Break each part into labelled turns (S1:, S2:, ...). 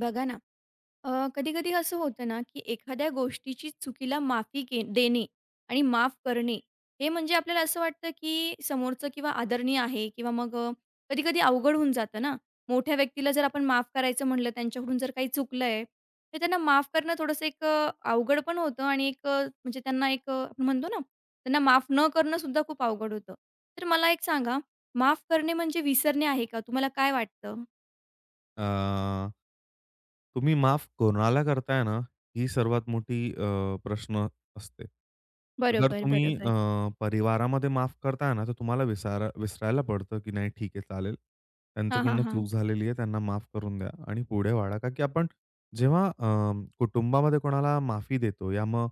S1: बघा ना, अ, कधी-कधी असं होतं ना, की एखाद्या गोष्टीची चुकीला माफी देणे आणि माफ करणे, हे म्हणजे आपल्याला असं वाटतं, की समोरचं किंवा आदरणीय आहे किंवा मग कधी-कधी अवघड होऊन जातं ना. मोठ्या व्यक्तीला जर आपण माफ करायचं म्हटलं, त्यांच्याकडून जर काही चुकलंय, तर त्यांना माफ करणं थोडंसं एक अवघड पण होतं आणि एक म्हणजे त्यांना एक आपण म्हणतो ना, त्यांना माफ न करणं सुद्धा खूप अवघड होतं. तर मला एक सांगा, माफ करणे म्हणजे विसरणे आहे का? तुम्हाला काय वाटतं?
S2: अ, तुम्ही माफ कोणाला करताय ना, ही सर्वात मोठी प्रश्न असते. जर
S1: बरोबर,
S2: तुम्ही
S1: बरोबर.
S2: परिवारामध्ये माफ करताय ना, तर तुम्हाला विसरायला पडतं, की नाही ठीक आहे चालेल.
S1: हां, हां,
S2: त्यांच्याकडनं
S1: हां.
S2: चूक झालेली आहे, त्यांना माफ करून द्या आणि पुढे वाढा. का की आपण जेव्हा कुटुंबामध्ये कोणाला माफी देतो या मग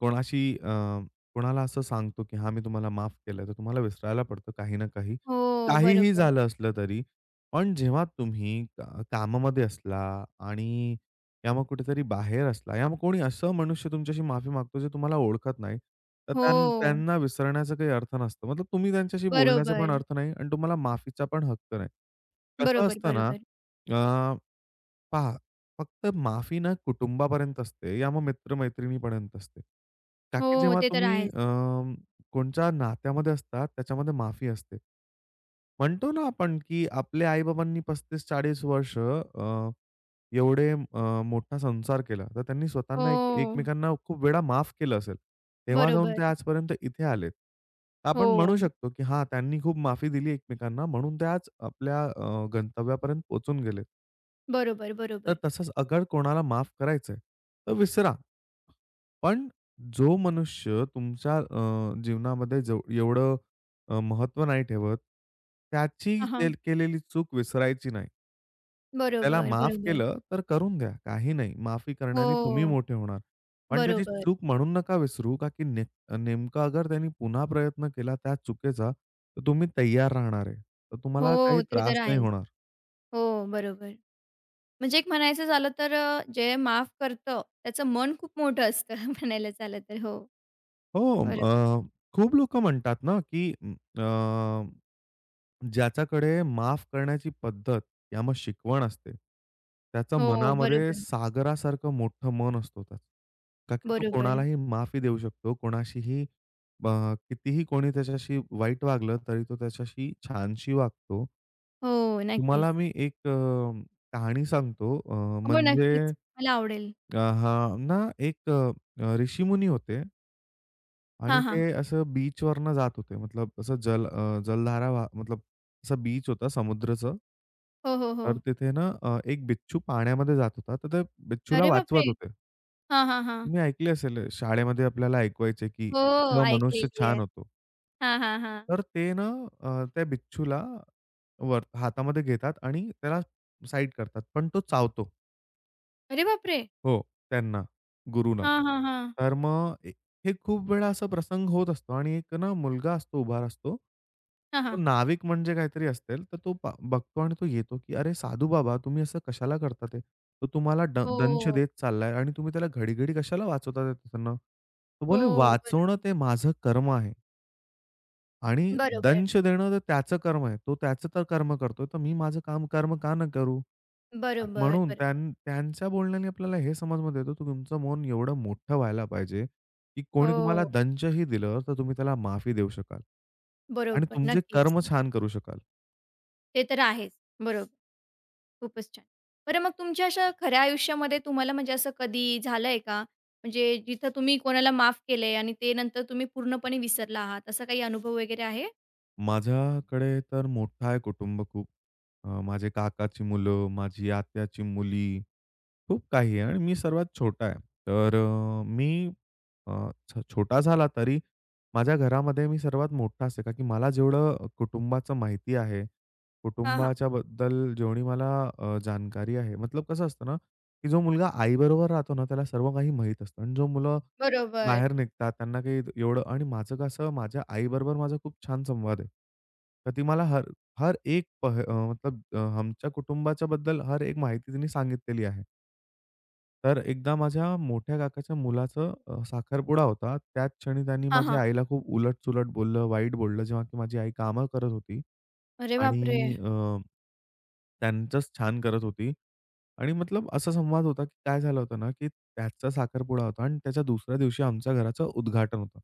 S2: कोणाशी अ, कोणाला असं सांगतो, की "हां, मी तुम्हाला माफ केलं." तर तुम्हाला विसरायला पडतं काही ना काही.
S1: हो,
S2: काहीही
S1: बरोबर.
S2: झालं असलं तरी पण जेव्हा तुम्ही कामामध्ये असला आणि या मग कुठेतरी बाहेर असला, या मग कोणी असं मनुष्य तुमच्याशी माफी मागतो, जे तुम्हाला ओळखत नाही, तर
S1: हो,
S2: त्यांना विसरण्याचा काही अर्थ नसतो. मतलब तुम्ही त्यांच्याशी बोलण्याचा पण
S1: बरोबर.
S2: अर्थ नाही आणि तुम्हाला माफीचा पण हक्क नाही. कसं
S1: बरोबर,
S2: असतं ना,
S1: बरोबर.
S2: पहा, फक्त माफी ना कुटुंबापर्यंत असते या मग मित्र-मैत्रिणीपर्यंत असते. का की
S1: हो,
S2: जेव्हा
S1: ते तर
S2: तुम्ही
S1: आहेच.
S2: कोणच्या नात्यामध्ये असतात त्याच्यामध्ये माफी असते. म्हणतो ना आपण की आपल्या आई-बाबांनी 35-40 वर्ष एवढे मोठा संसार केला. तर त्यांनी
S1: हो,
S2: स्वतःना एक एकमेकांना खूप वेळा माफ केलं असेल. तेव्हा जाऊन
S1: बरोबर.
S2: ते आजपर्यंत इथे आलेत.
S1: हो,
S2: आपण म्हणू शकतो की हां, त्यांनी खूप माफी दिली एकमेकांना म्हणून ते आज आपल्या गंतव्यापर्यंत पोहचून गेलेत.
S1: बरोबर,
S2: तर
S1: बरोबर.
S2: तसंच अगर कोणाला माफ करायचंय, तर विसरा. पण जो मनुष्य तुमच्या जीवनामध्ये एवढं महत्त्व नाही ठेवत, त्याची
S1: हां, हां.
S2: केलेली चूक विसरायची नाही. त्याला
S1: बरोबर,
S2: माफ
S1: बरोबर.
S2: केलं तर करून द्या. काही नाही, माफी करण्याने तुम्ही
S1: हो,
S2: मोठे होणार. पण त्याची
S1: बरोबर.
S2: चूक म्हणून नका विसरू, का की नेमका अगर त्यांनी पुन्हा प्रयत्न केला त्या चुकीचा, तर तुम्ही तैयार राहणार आहे. तर तुम्हाला काही
S1: हो, ते तर
S2: त्रास नाही
S1: आहेच.
S2: होणार.
S1: हो, बरोबर. म्हणजे एक म्हणायचं झालं तर जे माफ करतं त्याचं मन खूप मोठं असतं म्हणायला झालं तर. हो,
S2: हो.
S1: बरोबर.
S2: अ, खूप लोकं म्हणतात ना, की अ, ज्याच्याकडे माफ करण्याची पद्धत किंवा मग शिकवण असते, त्याचं
S1: हो,
S2: मनामध्ये
S1: बरोबर,
S2: सागरासारखं मोठं मन असतो त्याचं. का की तो
S1: बरोबर.
S2: कोणालाही माफी देऊ शकतो. कोणाशीही अ, कितीही कोणी त्याच्याशी वाईट वागलं, तरी तो त्याच्याशी छानशी वागतो.
S1: हो, नक्कीच.
S2: तुम्हाला मी एक कहाणी सांगतो.
S1: हो,
S2: म्हणजे,
S1: नक्कीच. मला आवडेल.
S2: हां ना, एक ऋषीमुनी होते. आणि
S1: हां,
S2: ते
S1: हां.
S2: असं बीचवरनं जात होते. मतलब असं जलधारा वाह मतलब असं बीच होता समुद्राचं.
S1: हो, हो, हो.
S2: तर तिथे ना एक बिच्छू पाण्यामध्ये जात होता. तर ते बिच्छूला
S1: अरे बापरे!
S2: वाचवत होते.
S1: हां, हां, हां.
S2: तुम्ही ऐकले असेल शाळेमध्ये आपल्याला ऐकवायचे, की
S1: हो,
S2: "सह मनुष्य
S1: ऐकलेली
S2: छान
S1: आहे.
S2: होतो."
S1: हां, हां, हां.
S2: तर ते ना त्या बिच्छूला वर हातामध्ये घेतात आणि त्याला साईड करतात. पण तो चावतो.
S1: अरे बापरे!
S2: हो, त्यांना, गुरूंना.
S1: हां, हां, हां.
S2: तर मग हे खूप वेळा असा प्रसंग होत असतो आणि एक ना मुलगा असतो, उभा असतो.
S1: हां,
S2: तो
S1: हां.
S2: नाविक म्हणजे काहीतरी असेल, तर तो बघतो आणि तो येतो, की "अरे साधू बाबा, तुम्ही असं कशाला करता ते? तो तुम्हाला दंश
S1: हो,
S2: देत चाललाय आणि तुम्ही त्याला घडी-घडी कशाला वाचवता त्याच्याकडनं?" तो बोले,
S1: हो. बरो
S2: "वाचवणं ते माझं कर्म आहे आणि
S1: बरोबर,
S2: दंश देणं तर त्याचं कर्म आहे. तो त्याचं तर कर्म करतोय, तर मी माझं काम कर्म का न करू?"
S1: बरोबर,
S2: म्हणून
S1: बरं.
S2: त्यांच्या बोलण्याने आपल्याला हे समजमध्ये येतं, तुमचं मन एवढं मोठं व्हायला पाहिजे, की कोणी तुम्हाला
S1: हो,
S2: दंशही दिलं, तर तुम्ही त्याला माफी देऊ शकाल आणि
S1: बरोबर.
S2: तुमचे
S1: नक्कीच.
S2: कर्म छान करू शकाल.
S1: ते तर आहेच. बरोबर. खूपच छान. बरं मग तुमच्या अशा खऱ्या आयुष्यामध्ये तुम्हाला म्हणजे असं कधी झालंय का? म्हणजे जिथं तुम्ही कोणाला माफ केलंय आणि ते नंतर तुम्ही पूर्णपणे विसरला आहात, असा काही अनुभव वगैरे आहे?
S2: माझ्याकडे तर मोठं आहे कुटुंब खूप. माझे काकाची मुलं, माझी आत्याची मुली, खूप काही आहे आणि मी सर्वात छोटा आहे. तर मी अ, छ छोटा झाला तरी माझ्या घरामध्ये मी सर्वात मोठा असे का की मला जेवढं कुटुंबाचं माहिती आहे,
S1: हां, हां.
S2: कुटुंबाच्या बद्दल जेवढी मला जानकारी आहे. मतलब कसं असतं ना, की जो मुलगा आईबरोबर राहतो ना, त्याला सर्व काही माहीत असतं आणि जो मुलं
S1: बरोबर.
S2: बाहेर निघतात. त्यांना काही एवढं आणि माझं कसं माझ्या आईबरोबर माझा खूप छान संवाद आहे. तर ती मला हर हर एक मतलब, आमच्या कुटुंबाच्या बद्दल हर एक माहिती तिने सांगितलेली आहे. तर एकदा माझ्या मोठ्या काकाच्या मुलाचं साखरपुडा होता. त्याच क्षणी त्यांनी
S1: हां,
S2: माझ्या
S1: हां.
S2: आईला खूप उलट-सुलट बोललं, वाईट बोललं, जेव्हा की माझी आई कामं करत होती
S1: अरे बापरे!
S2: आणि त्यांचंच छान करत होती. आणि मतलब असा संवाद होता, की काय झालं होतं ना, की त्याचा साखरपुडा होता आणि त्याच्या दुसऱ्या दिवशी आमच्या घराचं उद्घाटन होतं.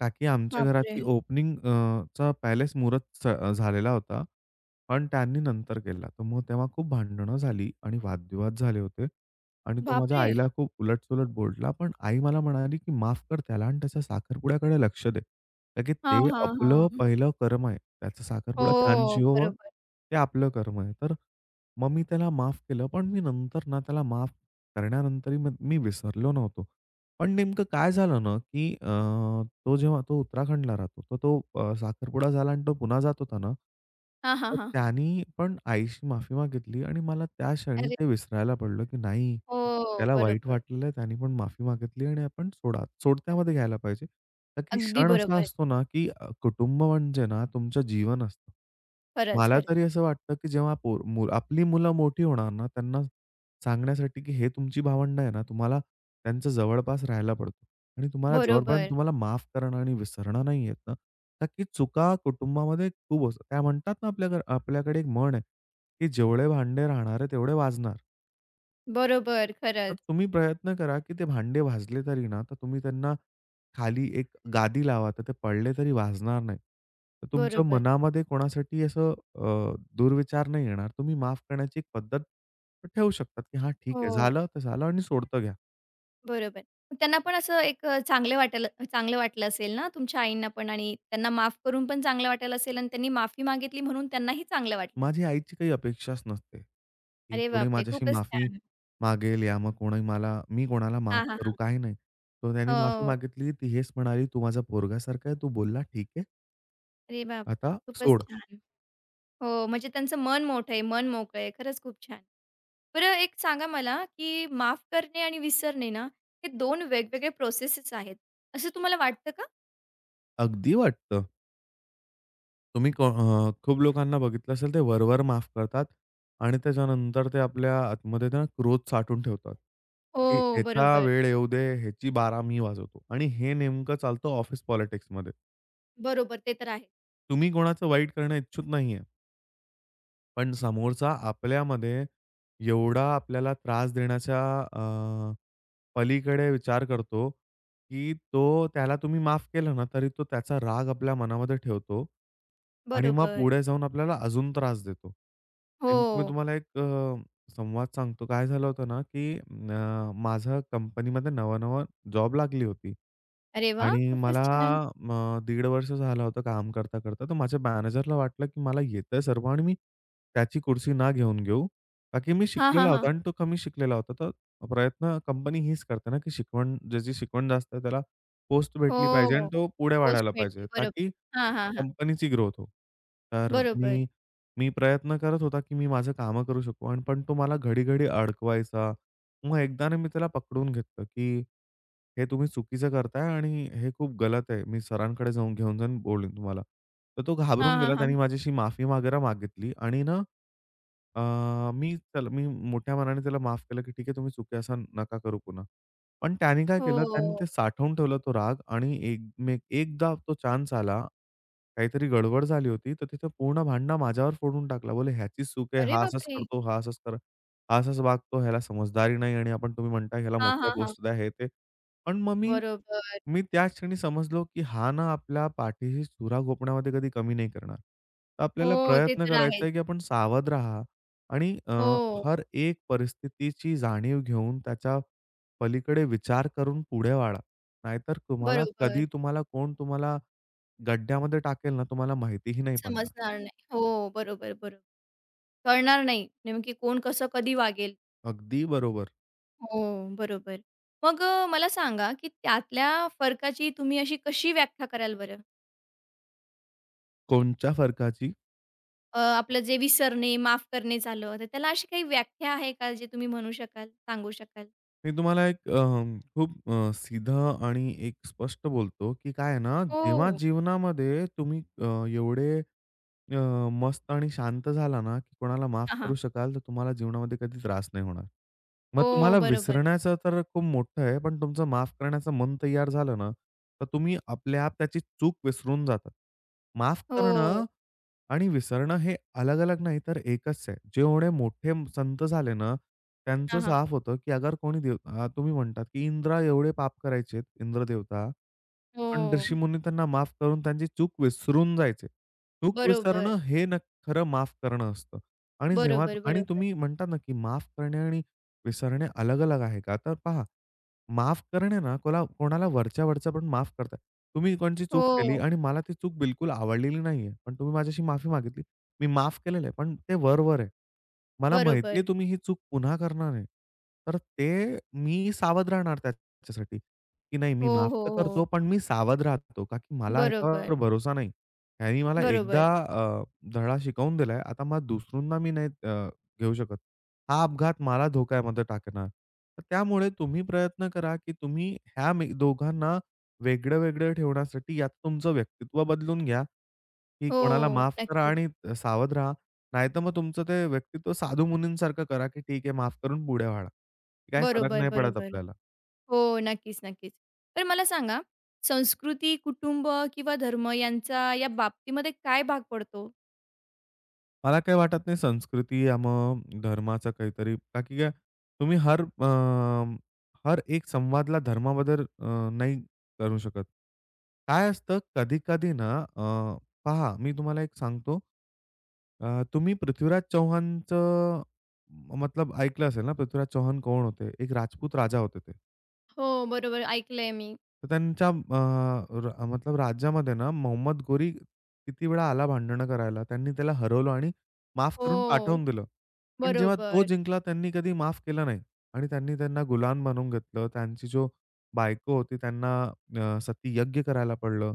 S2: का की आमच्या
S1: बापरे!
S2: घराची ओपनिंग ...चा पॅलेस झालेला होता. पण त्यांनी नंतर केला. तर मग तेव्हा खूप भांडणं झाली आणि वादविवाद झाले होते. आणि तो माझ्या
S1: बापरे!
S2: आईला खूप उलट-सुलट बोलला. पण आई मला म्हणाली, की "माफ कर त्याला आणि त्याच्या साखरपुड्याकडे लक्ष दे. कारण की
S1: हां,
S2: ते
S1: हां,
S2: आपलं
S1: हां.
S2: पहिलं कर्म आहे. त्याचा साखरपुडा छान
S1: हो,
S2: शिवावं,
S1: बरोबर.
S2: ते आपलं कर्म आहे." तर मग मी त्याला माफ केलं. पण मी नंतर ना त्याला माफ करण्यानंतरही मग मी विसरलो नव्हतो. पण नेमकं काय झालं ना, की तो जेव्हा तो उत्तराखंडला राहतो. तर तो साखरपुडा झाला आणि तो पुन्हा जात होता ना,
S1: हां, हां,
S2: तर
S1: हां.
S2: त्यानी पण आईशी माफी मागितली आणि मला त्या क्षणी
S1: अरे
S2: ते विसरायला पडलं, की नाही,
S1: हो,
S2: त्याला वाईट
S1: बरोबर.
S2: वाटलेलं, त्यानी पण माफी मागितली आणि आपण सोडा सोडत्यामध्ये घ्यायला पाहिजे. तर की
S1: अगदी
S2: क्षण असा
S1: बरोबर.
S2: असतो ना, की कुटुंब म्हणजे ना तुमचं जीवन असतं.
S1: खरंच,
S2: मला
S1: खरंच.
S2: तरी असं वाटतं, की जेव्हा पोर मु आपली मुलं मोठी होणार ना, त्यांना सांगण्यासाठी, की हे तुमची भावंड आहे ना, तुम्हाला त्यांच्या जवळपास राहायला पडतो आणि तुम्हाला जवळपर्यंत
S1: बरोबर,
S2: तुम्हाला माफ करणं आणि विसरणं नाही येत ना, का की चुका कुटुंबामध्ये खूप असतात. त्या म्हणतात ना, आपल्याकडे आपल्याकडे एक म्हण आहे, की जेवढे भांडे राहणार आहे, तेवढे वाजणार.
S1: बरोबर.
S2: तर
S1: खरंच.
S2: तुम्ही प्रयत्न करा, की ते भांडे वाजले तरी ना, तर तुम्ही त्यांना खाली एक गादी लावा, तर ते पडले तरी वाजणार नाही. तर तुमच्या
S1: बरोबर.
S2: मनामध्ये कोणासाठी असं दुर्विचार नाही येणार. तुम्ही माफ करण्याची एक पद्धत ठेवू शकतात, की हां, ठीक आहे.
S1: हो,
S2: झालं तर झालं आणि सोडतं घ्या.
S1: बरोबर. त्यांना पण असं एक चांगलं वाटलं असेल ना तुमच्या आईंना पण आणि त्यांना माफ करून पण चांगलं वाटायला असेल आणि त्यांनी माफी मागितली म्हणून त्यांनाही चांगलं वाटलं.
S2: माझी आईची काही अपेक्षाच नसते, की
S1: अरे
S2: कोणी
S1: बापरे!
S2: माझ्याशी
S1: खूपच
S2: माफी
S1: छान.
S2: मागेल या मग कोणी मला मी कोणाला माफ
S1: हां, हां,
S2: करू,
S1: हां.
S2: काही नाही. तर त्याने माफी
S1: हो.
S2: मागितली, ती हेच म्हणाली, "तू माझा पोरगासारखा आहे, तू बोलला, ठीक आहे.
S1: अरे बाप!
S2: आता
S1: खूपच
S2: सोड."
S1: छान. हो, म्हणजे त्यांचं मन मोठं आहे, मन मोकळं आहे. खरंच खूप छान. बरं एक सांगा मला, की माफ करणे आणि विसरणे ना, हे 2 वेगवेगळे प्रोसेसेस आहेत, असं तुम्हाला वाटतं का?
S2: अगदी वाटतं. तुम्ही को खूप लोकांना बघितलं असेल ते वरवर माफ करतात आणि त्याच्यानंतर ते आपल्या आतमध्ये ना क्रोध साठवून ठेवतात, की
S1: हो,
S2: ह्याचा
S1: बरोबर.
S2: वेळ येऊ दे, ह्याची बारा मी वाजवतो आणि हे नेमकं चालतं ऑफिस पॉलिटिक्समध्ये.
S1: बरोबर, ते तर आहे.
S2: तुम्ही कोणाचं वाईट करणं इच्छुक नाहीये. पण समोरचा आपल्यामध्ये एवढा आपल्याला त्रास देण्याच्या अ, पलीकडे विचार करतो, की तो त्याला तुम्ही माफ केलं ना, तरी तो त्याचा राग आपल्या मनामध्ये ठेवतो आणि मग
S1: बरोबर.
S2: पुढे जाऊन आपल्याला अजून त्रास देतो.
S1: हो.
S2: नेमकं मी तुम्हाला एक संवाद सांगतो. काय झालं होतं ना, की माझं कंपनीमध्ये नवं-नवं जॉब लागली होती.
S1: अरे वाह!
S2: आणि
S1: खूपच
S2: मला
S1: छान.
S2: दीड वर्ष झालं होतं काम करता-करता. तर माझ्या मॅनेजरला वाटलं, की मला येतंय सर्व आणि मी त्याची कुर्सी ना घेऊन घेऊ. का की मी
S1: हां, हां,
S2: शिकलेला
S1: हां.
S2: होता आणि तो कमी शिकलेला होता. तर प्रयत्न कंपनी हीच करते ना, की शिकवण ज्याची शिकवण जास्त आहे त्याला पोस्ट भेटली पाहिजे आणि
S1: हो.
S2: तो पुढे
S1: पोस्ट
S2: वाढायला
S1: भेटते.
S2: पाहिजे,
S1: बरोबर.
S2: ताकी
S1: हां, हां, हां.
S2: कंपनीची ग्रोथ हो. तर
S1: बरोबर.
S2: मी मी प्रयत्न करत होता, की मी माझं कामं करू शकू आणि पण तो मला घडी-घडी अडकवायचा. मग एकदा ना मी त्याला पकडून घेतलं, की हे तुम्ही चुकीचं करताय आणि हे खूप गलत आहे. मी सरांकडे जाऊन घेऊन जाऊन बोलेन तुम्हाला. तर तो
S1: हां,
S2: घाबरून गेला.
S1: हां, हां.
S2: त्याने माझ्याशी माफी वगैरे मागितली आणि ना, अ, मी मोठ्या मनाने त्याला माफ केलं, की "ठीक आहे, तुम्ही चुकी असा नका करू पुन्हा." पण त्याने काय केलं, त्याने
S1: हो.
S2: ते साठवून ठेवला तो राग आणि एकदा तो चान्स आला, काहीतरी गडबड झाली होती, तर तिथं पूर्ण भांडणं माझ्यावर फोडून टाकला. बोले "ह्याचीच चूक आहे,
S1: अरे
S2: हा असाच
S1: बापरे!
S2: करतो, हा असाच वागतो, ह्याला समजदारी नाही आणि आपण तुम्ही म्हणताय ह्याला
S1: हां,
S2: मोठ्या
S1: हां, हां.
S2: गोष्टी द्या, हे ते." पण मग मी
S1: बरोबर.
S2: मी त्याच क्षणी समजलो, की हा ना आपल्या पाठीशी चुरा घोपण्यामध्ये कधी कमी नाही करणार. तर आपल्याला
S1: हो, ते
S2: प्रयत्न
S1: तर
S2: करायचा
S1: आहेच.
S2: आहे, की आपण सावध राहा आणि
S1: हो,
S2: हर एक परिस्थितीची जाणीव घेऊन त्याच्या पलीकडे विचार करून पुढे वाढा. नाहीतर तुम्हाला कधी
S1: बरोबर.
S2: तुम्हाला कोण तुम्हाला गड्ड्यामध्ये टाकेल ना, तुम्हाला माहितीही नाही पडणार.
S1: समजणार नाही. हो, बरोबर, बरोबर. कळणार नाही, नेमकी कोण कसं कधी वागेल.
S2: अगदी बरोबर.
S1: हो, बरोबर. मग मला सांगा, की त्यातल्या फरकाची तुम्ही अशी कशी व्याख्या कराल बरं?
S2: कोणच्या फरकाची?
S1: आपलं जे विसरणे, माफ करणे झालं, तर त्याला अशी काही व्याख्या आहे का जे तुम्ही म्हणू शकाल, सांगू शकाल?
S2: मी तुम्हाला एक खूप सीधं आणि एक स्पष्ट बोलतो, की काय आहे ना,
S1: हो,
S2: जेव्हा
S1: हो.
S2: जीवनामध्ये तुम्ही एवढे अ, मस्त आणि शांत झाला ना, की कोणाला माफ
S1: हां, हां.
S2: करू शकाल, तर तुम्हाला जीवनामध्ये कधी त्रास नाही होणार. मग
S1: हो,
S2: तुम्हाला
S1: बरोबर.
S2: विसरण्याचं तर खूप मोठं आहे, पण तुमचं माफ करण्याचं मन तयार झालं ना, तर तुम्ही आपल्या आप त्याची चूक विसरून जातात. माफ
S1: हो.
S2: करणं आणि विसरणं हे अलग-अलग नाही तर एकच आहे. जेवढे मोठे संत झाले ना, त्यांचं
S1: हां, हां.
S2: साफ होतं, की अगर कोणी तुम्ही म्हणतात, की इंद्रा एवढे पाप करायचे, इंद्र देवता,
S1: हो.
S2: पण ऋषीमुनी त्यांना माफ करून त्यांची चूक विसरून जायचे. चूक
S1: बरोबर,
S2: विसरणं हे खरं माफ करणं असतं. आणि जेव्हा
S1: बरोबर,
S2: आणि
S1: बरोबर.
S2: तुम्ही म्हणतात ना, की माफ करणे आणि विसरणे अलग-अलग आहे का? तर पहा, माफ करणे ना कोणाला वरच्या-वरच्या पण माफ करतात. तुम्ही कोणची चूक केली
S1: हो,
S2: आणि मला ती चूक बिलकुल आवडलेली नाहीये. पण तुम्ही माझ्याशी माफी मागितली. मी माफ केलेलं आहे, पण ते वर-वर आहे. मला माहिती
S1: बरोबर.
S2: तुम्ही ही चूक पुन्हा करणार आहे. तर ते मी सावध राहणार त्याच्यासाठी, की नाही मी
S1: हो,
S2: माफ
S1: हो,
S2: तर करतो,
S1: हो.
S2: पण मी सावध राहतो. का की मला
S1: बरोबर,
S2: ह्याच्यावर भरोसा नाही. ह्यानी मला
S1: बरोबर.
S2: एकदा धडा शिकवून दिलाय. आता मग दुसऱ्यांदा मी नाही घेऊ शकत. हा अपघात मला धोक्यामध्ये टाकणार. तर त्यामुळे तुम्ही प्रयत्न करा, की तुम्ही ह्या मी दोघांना वेगळं-वेगळं ठेवण्यासाठी यात तुमचं व्यक्तित्व बदलून घ्या, की
S1: हो,
S2: कोणाला माफ करा
S1: नक्कीच.
S2: आणि सावध राहा. नाहीतर मग तुमचं ते व्यक्तित्व साधू मुनींसारखं करा, की ठीक आहे माफ करून पुढे वाढा. काही फरक
S1: बरोबर,
S2: नाही पडत
S1: बरोबर.
S2: आपल्याला.
S1: हो, नक्कीच, नक्कीच. तर मला सांगा, संस्कृती, कुटुंब किंवा धर्म यांचा या बाबतीमध्ये काय भाग पडतो?
S2: मला काही वाटत नाही संस्कृती या मग धर्माचा काहीतरी का की काय तुम्ही हर एक संवादला धर्माबद्दल नाही करू शकत. काय असतं कधी-कधी ना पहा मी तुम्हाला एक सांगतो. तुम्ही पृथ्वीराज चव्हाणचं मतलब ऐकलं असेल ना, पृथ्वीराज चव्हाण कोण होते? एक राजपूत राजा होते ते.
S1: हो, बरोबर ऐकलंय मी.
S2: तर त्यांच्या अ, र मतलब राज्यामध्ये ना मोहम्मद घोरी किती वेळा आला भांडणं करायला. त्यांनी त्याला हरवलं आणि माफ करून
S1: हो.
S2: पाठवून दिलं. पण जेव्हा तो
S1: बरोबर,
S2: जिंकला त्यांनी कधी माफ केलं नाही आणि त्यांनी त्यांना गुलाम बनवून घेतलं. त्यांची जो बायको होती त्यांना सतीयज्ञ करायला पडलं.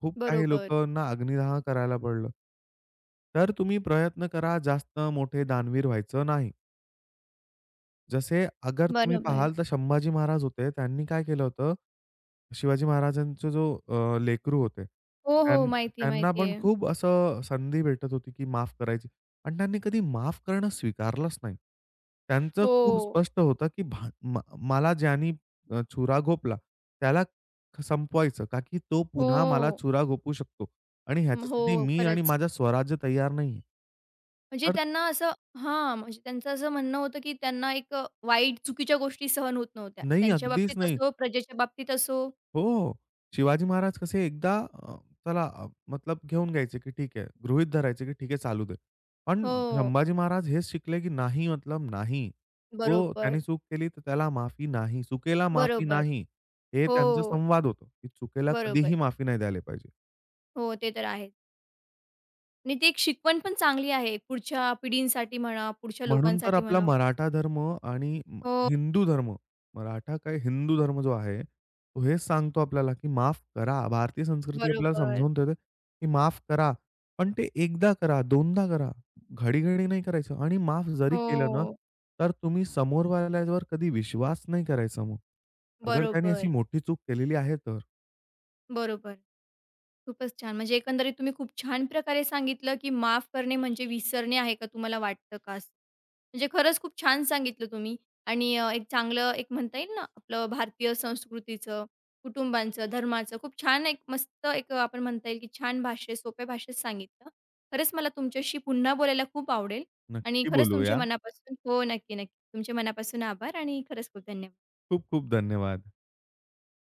S2: खूप काही
S1: बरोबर.
S2: लोकांना अग्निदाह करायला पडलं. तर तुम्ही प्रयत्न करा जास्त मोठे दानवीर व्हायचं नाही. जसे अगर तुम्ही
S1: बरोबर.
S2: पाहाल तर संभाजी महाराज होते. त्यांनी काय केलं होतं, शिवाजी महाराजांचा जो लेकरू होते,
S1: हो, हो. माहिती आहे,
S2: त्यांना
S1: माहिती
S2: पण
S1: आहे.
S2: खूप असं संधी भेटत होती, की माफ करायची. पण त्यांनी कधी माफ करणं स्वीकारलंच नाही. त्यांचं
S1: हो.
S2: खूप स्पष्ट होतं, की भा म मला ज्यानी छुरा घोपला, त्याला संपवायचं, का की तो
S1: हो.
S2: पुन्हा मला छुरा घोपू शकतो आणि
S1: अं, हो,
S2: ह्याच्यासाठी मी आणि
S1: खरंच.
S2: माझं स्वराज्य तयार नाहीये.
S1: म्हणजे
S2: तर
S1: त्यांना असं हां, म्हणजे त्यांचं असं म्हणणं होतं, की त्यांना एक वाईट, चुकीच्या गोष्टी सहन होत नव्हत्या.
S2: नाही,
S1: त्यांच्या
S2: अगदीच
S1: बाबतीत
S2: नाही.
S1: असो, प्रजेच्या बाबतीत असो.
S2: हो. शिवाजी महाराज कसे एकदा त्याला मतलब घेऊन घ्यायचे, की ठीक आहे. गृहीत धरायचे, की ठीक आहे चालू दे. पण
S1: हो,
S2: संभाजी महाराज हेच शिकले, की नाही मतलब नाही. तो त्याने
S1: बरोबर,
S2: चूक केली तर त्याला माफी नाही. चुकेला माफी
S1: बरोबर.
S2: नाही. हे
S1: हो,
S2: त्यांचा संवाद होतो, की चुकेला
S1: बरोबर.
S2: कधीही माफी नाही द्यायला पाहिजे.
S1: हो, ते तर आहे आणि ती एक शिकवण पण चांगली आहे पुढच्या पिढींसाठी म्हणा, पुढच्या
S2: म्हणून तर
S1: लोकांसाठी
S2: आपला
S1: म्हणा.
S2: मराठा धर्म आणि
S1: हो,
S2: हिंदू धर्म, मराठा काय हिंदू धर्म जो आहे, तो हेच सांगतो आपल्याला, की माफ करा. भारतीय संस्कृती आपल्याला
S1: बरोबर.
S2: समजावून देते, की माफ करा. पण ते एकदा करा, दोनदा करा. घडी-घडी नाही करायचं आणि माफ जरी केलं ना,
S1: हो,
S2: तर तुम्ही समोरवाल्यावर कधी विश्वास नाही करायचा मग. अगर त्याने अशी
S1: बरोबर,
S2: मोठी चूक केलेली आहे तर.
S1: बरोबर. खूपच छान. म्हणजे एकंदरीत तुम्ही खूप छान प्रकारे सांगितलं, की माफ करणे म्हणजे विसरणे आहे का तुम्हाला वाटतं का? असं? म्हणजे खरंच खूप छान सांगितलं तुम्ही आणि एक चांगलं एक म्हणता येईल ना, आपलं भारतीय संस्कृतीचं, कुटुंबांचं, धर्माचं खूप छान एक मस्त एक आपण म्हणता येईल, की छान भाषेत, सोप्या भाषेत सांगितलं. खरंच मला तुमच्याशी पुन्हा बोलायला खूप आवडेल आणि
S2: नक्की
S1: खरंच तुमचे
S2: बोलूया.
S1: मनापासून हो, नक्की, नक्की. तुमचे मनापासून आभार आणि खरंच खूप धन्यवाद.
S2: खूप खूप धन्यवाद.